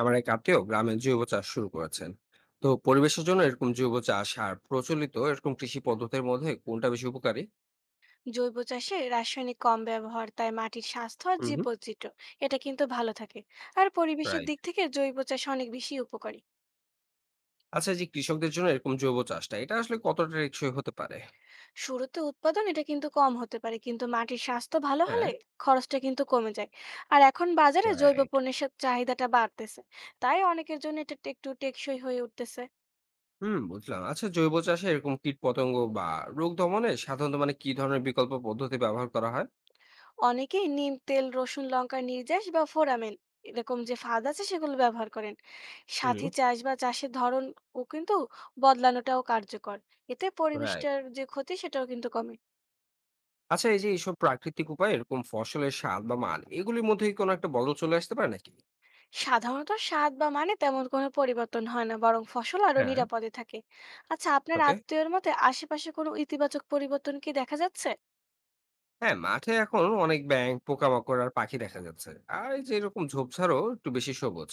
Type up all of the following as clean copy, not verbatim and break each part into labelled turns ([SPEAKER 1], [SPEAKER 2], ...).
[SPEAKER 1] আমার এক আত্মীয় গ্রামে জৈব চাষ শুরু করেছেন। তো পরিবেশের জন্য এরকম জৈব চাষ আর প্রচলিত এরকম কৃষি পদ্ধতির মধ্যে কোনটা বেশি উপকারী?
[SPEAKER 2] জৈব চাষে রাসায়নিক কম ব্যবহার, তাই মাটির স্বাস্থ্য আর
[SPEAKER 1] হুম হুম
[SPEAKER 2] জীববৈচিত্র্য এটা কিন্তু ভালো থাকে। আর পরিবেশের
[SPEAKER 1] রাইট।
[SPEAKER 2] দিক থেকে জৈব চাষ অনেক বেশি উপকারী।
[SPEAKER 1] আচ্ছা, এই যে কৃষকদের জন্য এরকম জৈব চাষটা, এটা আসলে কতটা টেকসই হতে পারে?
[SPEAKER 2] শুরুতে উৎপাদন এটা কিন্তু কম হতে পারে, কিন্তু মাটির স্বাস্থ্য ভালো
[SPEAKER 1] হ্যাঁ।
[SPEAKER 2] হলে খরচটা কিন্তু কমে যায়। আর এখন বাজারে জৈব
[SPEAKER 1] রাইট।
[SPEAKER 2] পণ্যের চাহিদাটা বাড়তেছে। তাই অনেকের জন্য এটা একটু টেকসই হয়ে উঠতেছে।
[SPEAKER 1] হুম, বুঝলাম। আচ্ছা, জৈব চাষে এরকম কীট পতঙ্গ বা রোগ দমনে সাধারণত মানে কি ধরনের বিকল্প পদ্ধতি ব্যবহার করা হয়?
[SPEAKER 2] অনেকেই নিম তেল, রসুন, লঙ্কার নির্যাস বা ফোড়ামেন এরকম যে ফাঁদ আছে সেগুলো ব্যবহার করেন।
[SPEAKER 1] হুম।
[SPEAKER 2] সাথী চাষ বা চাষের ধরন ও কিন্তু বদলানোটাও কার্যকর। এতে
[SPEAKER 1] রাইট।
[SPEAKER 2] পরিবেশটার যে ক্ষতি সেটাও কিন্তু কমে।
[SPEAKER 1] আচ্ছা, এই যে এইসব প্রাকৃতিক উপায়ে এরকম ফসলের স্বাদ বা মান, এগুলির মধ্যে কি কোনো একটা বদল চলে আসতে পারে নাকি?
[SPEAKER 2] সাধারণত স্বাদ বা মানে তেমন কোনো পরিবর্তন হয় না, বরং ফসল আরো
[SPEAKER 1] হ্যাঁ।
[SPEAKER 2] নিরাপদে থাকে। আচ্ছা, আপনার
[SPEAKER 1] ওকে।
[SPEAKER 2] আত্মীয়র মতে আশেপাশে কোনো ইতিবাচক পরিবর্তন কি দেখা যাচ্ছে?
[SPEAKER 1] হ্যাঁ, মাঠে এখন অনেক ব্যাঙ, পোকামাকড় আর পাখি দেখা যাচ্ছে। আর এই যে এরকম ঝোপঝাড়ও একটু বেশি সবুজ।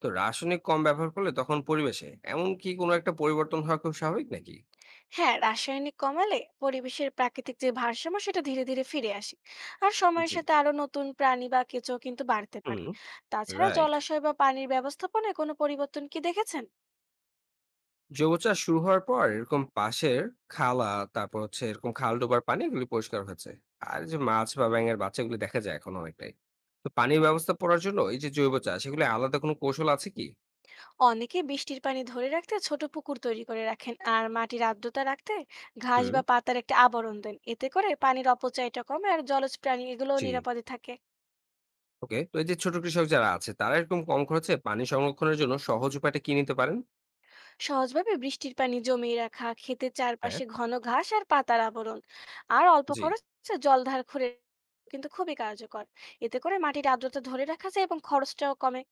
[SPEAKER 1] তো রাসায়নিক কম ব্যবহার করলে তখন পরিবেশে এমন কি কোনো একটা পরিবর্তন হওয়া খুব স্বাভাবিক নাকি?
[SPEAKER 2] হ্যাঁ, রাসায়নিক কমালে পরিবেশের প্রাকৃতিক যে ভারসাম্য সেটা ধীরে ধীরে ফিরে আসে। আর সময়ের
[SPEAKER 1] জি।
[SPEAKER 2] সাথে আরো নতুন প্রাণী বা কেঁচো কিন্তু বাড়তে
[SPEAKER 1] হুম,
[SPEAKER 2] পারে। তাছাড়া
[SPEAKER 1] রাইট।
[SPEAKER 2] জলাশয় বা পানির ব্যবস্থাপনায় কোনো পরিবর্তন কি দেখেছেন?
[SPEAKER 1] জৈব চাষ শুরু হওয়ার পর এরকম পাশের খালা, তারপর হচ্ছে এরকম খাল ডোবার পানি এগুলি পরিষ্কার হয়েছে। আর যে মাছ বা ব্যাঙের বাচ্চাগুলি দেখা যায় এখন অনেকটাই। তো পানির ব্যবস্থা পড়ার জন্য এই যে জৈব চাষ, এগুলো আলাদা কোনো কৌশল আছে কি?
[SPEAKER 2] অনেকে বৃষ্টির পানি ধরে রাখতে ছোট পুকুর তৈরি করে রাখেন, আর মাটির আর্দ্রতা রাখতে ঘাস
[SPEAKER 1] হুম।
[SPEAKER 2] বা পাতার একটা আবরণ দেন। এতে করে পানির অপচয়টা কমে আর জলজ প্রাণী এগুলোও
[SPEAKER 1] জি।
[SPEAKER 2] নিরাপদে থাকে।
[SPEAKER 1] ওকে, তো এই যে ছোট কৃষক যারা আছে তারা এরকম কম খরচে পানি সংরক্ষণের জন্য সহজ উপায়টা কি নিতে পারেন?
[SPEAKER 2] সহজভাবে বৃষ্টির পানি জমিয়ে রাখা, ক্ষেতের
[SPEAKER 1] হ্যাঁ।
[SPEAKER 2] চারপাশে ঘন ঘাস আর পাতার আবরণ, আর অল্প
[SPEAKER 1] জি।
[SPEAKER 2] খরচে জলধার করে কিন্তু খুবই কার্যকর। এতে করে মাটির আর্দ্রতা ধরে রাখা যায় এবং খরচটাও কমে।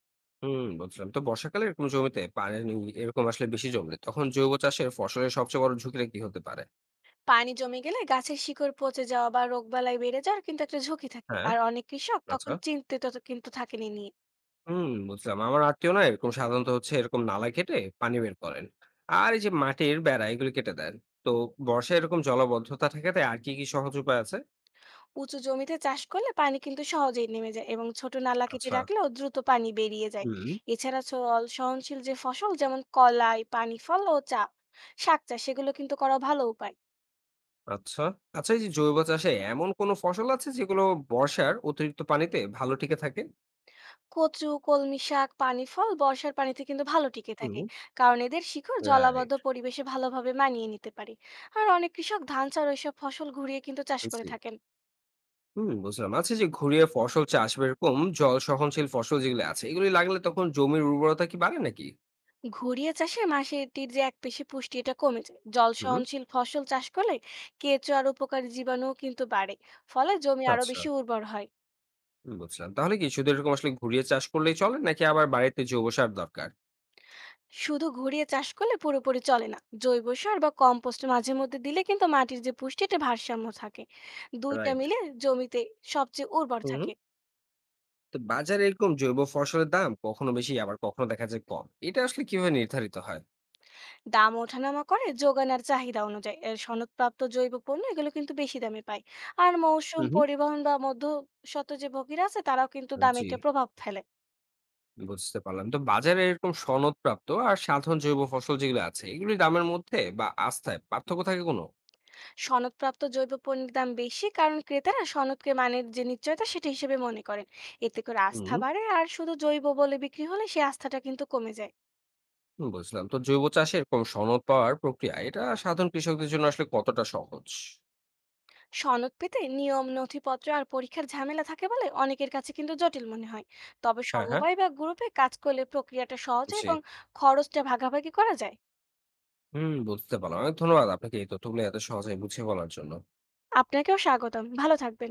[SPEAKER 1] হুম, বলছিলাম তো বর্ষাকালে এরকম জমিতে পানি এরকম আসলে বেশি জমলে তখন জৈব চাষের ফসলের সবচেয়ে বড় ঝুঁকিটা কি হতে পারে?
[SPEAKER 2] পানি জমে গেলে গাছের শিকড় পচে যাওয়া বা রোগবালাই বেড়ে যাওয়ার কিন্তু একটা ঝুঁকি থাকে,
[SPEAKER 1] হ্যাঁ।
[SPEAKER 2] আর অনেক কৃষক তখন
[SPEAKER 1] আচ্ছা।
[SPEAKER 2] চিন্তিত তো কিন্তু থাকেনি নিয়ে।
[SPEAKER 1] হুম, বুঝলাম। আমার আত্মীয় না এরকম সাধারণত হচ্ছে এরকম নালা কেটে পানি বের করেন, আর এই যে মাটির বেড়া এগুলো কেটে দেন। তো বর্ষায় এরকম জলাবদ্ধতা ঠেকাতে আর কি কি সহজ উপায় আছে?
[SPEAKER 2] উঁচু জমিতে চাষ করলে পানি কিন্তু সহজেই নেমে যায় এবং ছোট নালা কেটে
[SPEAKER 1] আচ্ছা।
[SPEAKER 2] রাখলেও দ্রুত পানি বেরিয়ে যায়।
[SPEAKER 1] হুম।
[SPEAKER 2] এছাড়া সহনশীল যে ফসল যেমন কলাই, পানি ফল ও চা শাক চাষ, সেগুলো কিন্তু করা ভালো উপায়।
[SPEAKER 1] আচ্ছা। আচ্ছা, এই যে জৈব চাষে এমন কোন ফসল আছে যেগুলো বর্ষার অতিরিক্ত পানিতে ভালো টিকে থাকে?
[SPEAKER 2] কচু, কলমি শাক, পানি ফল বর্ষার পানিতে কিন্তু ভালো টিকে
[SPEAKER 1] হুম।
[SPEAKER 2] থাকে, কারণ এদের শিকড় জলাবদ্ধ
[SPEAKER 1] রাইট।
[SPEAKER 2] পরিবেশে ভালোভাবে মানিয়ে নিতে পারে। আর অনেক কৃষক ধান ছাড়াও এসব ফসল ঘুরিয়ে কিন্তু চাষ করে
[SPEAKER 1] জি।
[SPEAKER 2] থাকেন।
[SPEAKER 1] হুম, বুঝলাম। আচ্ছা, এই যে ঘুরিয়ে ফসল চাষ বা এরকম জল সহনশীল ফসল যেগুলো আছে এগুলি লাগলে তখন জমির উর্বরতা কি বাড়ে নাকি?
[SPEAKER 2] ঘুরিয়ে চাষে মাটির যে একপেশে পুষ্টি এটা কমে যায়। জল
[SPEAKER 1] হুম।
[SPEAKER 2] সহনশীল ফসল চাষ করলে কেঁচো আর উপকারী জীবাণুও কিন্তু বাড়ে। ফলে জমি আরো
[SPEAKER 1] আচ্ছা।
[SPEAKER 2] বেশি উর্বর হয়।
[SPEAKER 1] হুম, বুঝলাম। তাহলে কি শুধু এরকম আসলে ঘুরিয়ে চাষ করলেই চলে নাকি আবার বাড়িতে জৈব সার দরকার?
[SPEAKER 2] শুধু ঘুরিয়ে চাষ করলে পুরোপুরি চলে না। জৈব সার বা কম্পোস্ট মাঝে মধ্যে দিলে কিন্তু মাটির যে পুষ্টি এটা ভারসাম্য থাকে। দুইটা
[SPEAKER 1] রাইট।
[SPEAKER 2] মিলে জমিতে সবচেয়ে উর্বর
[SPEAKER 1] হুম।
[SPEAKER 2] থাকে।
[SPEAKER 1] তো বাজারে এরকম জৈব ফসলের দাম কখনো বেশি আবার কখনো দেখা যায় কম। এটা আসলে কিভাবে নির্ধারিত হয়?
[SPEAKER 2] দাম ওঠানামা করে যোগান আর চাহিদা অনুযায়ী। এর সনদপ্রাপ্ত জৈব পণ্য এগুলো কিন্তু বেশি দামে পায়। আর মৌসুম,
[SPEAKER 1] হুম
[SPEAKER 2] পরিবহন বা মধ্যসত্ত্ব যে ভোগীরা আছে তারাও কিন্তু
[SPEAKER 1] হুম
[SPEAKER 2] দামে
[SPEAKER 1] জি।
[SPEAKER 2] একটা প্রভাব ফেলে।
[SPEAKER 1] বুঝতে পারলাম। তো বাজারে এরকম সনদপ্রাপ্ত আর সাধারণ জৈব ফসল যেগুলো আছে, এগুলির দামের মধ্যে বা আস্থায় পার্থক্য থাকে কোনো?
[SPEAKER 2] সনদপ্রাপ্ত জৈব পণ্যের দাম বেশি, কারণ ক্রেতারা সনদকে মানের যে নিশ্চয়তা সেটা হিসেবে মনে করেন। এতে করে
[SPEAKER 1] হুম।
[SPEAKER 2] আস্থা বাড়ে, আর শুধু জৈব বলে বিক্রি হলে সেই আস্থাটা কিন্তু কমে যায়।
[SPEAKER 1] বুঝলাম। তো জৈব চাষে এরকম সনদ পাওয়ার প্রক্রিয়া, এটা সাধারণ কৃষকদের জন্য আসলে কতটা সহজ?
[SPEAKER 2] সনদ পেতে নিয়ম, নথিপত্র আর পরীক্ষার ঝামেলা থাকে বলে অনেকের কাছে কিন্তু জটিল মনে হয়। তবে
[SPEAKER 1] হ্যাঁ, হ্যাঁ।
[SPEAKER 2] সমবায় বা গ্রুপে কাজ করলে প্রক্রিয়াটা সহজ হয়
[SPEAKER 1] জি।
[SPEAKER 2] এবং খরচটা ভাগাভাগি করা যায়।
[SPEAKER 1] হুম, বুঝতে পারলাম। অনেক ধন্যবাদ আপনাকে এই তথ্যগুলো এত সহজে বুঝিয়ে বলার জন্য।
[SPEAKER 2] আপনাকেও স্বাগতম, ভালো থাকবেন।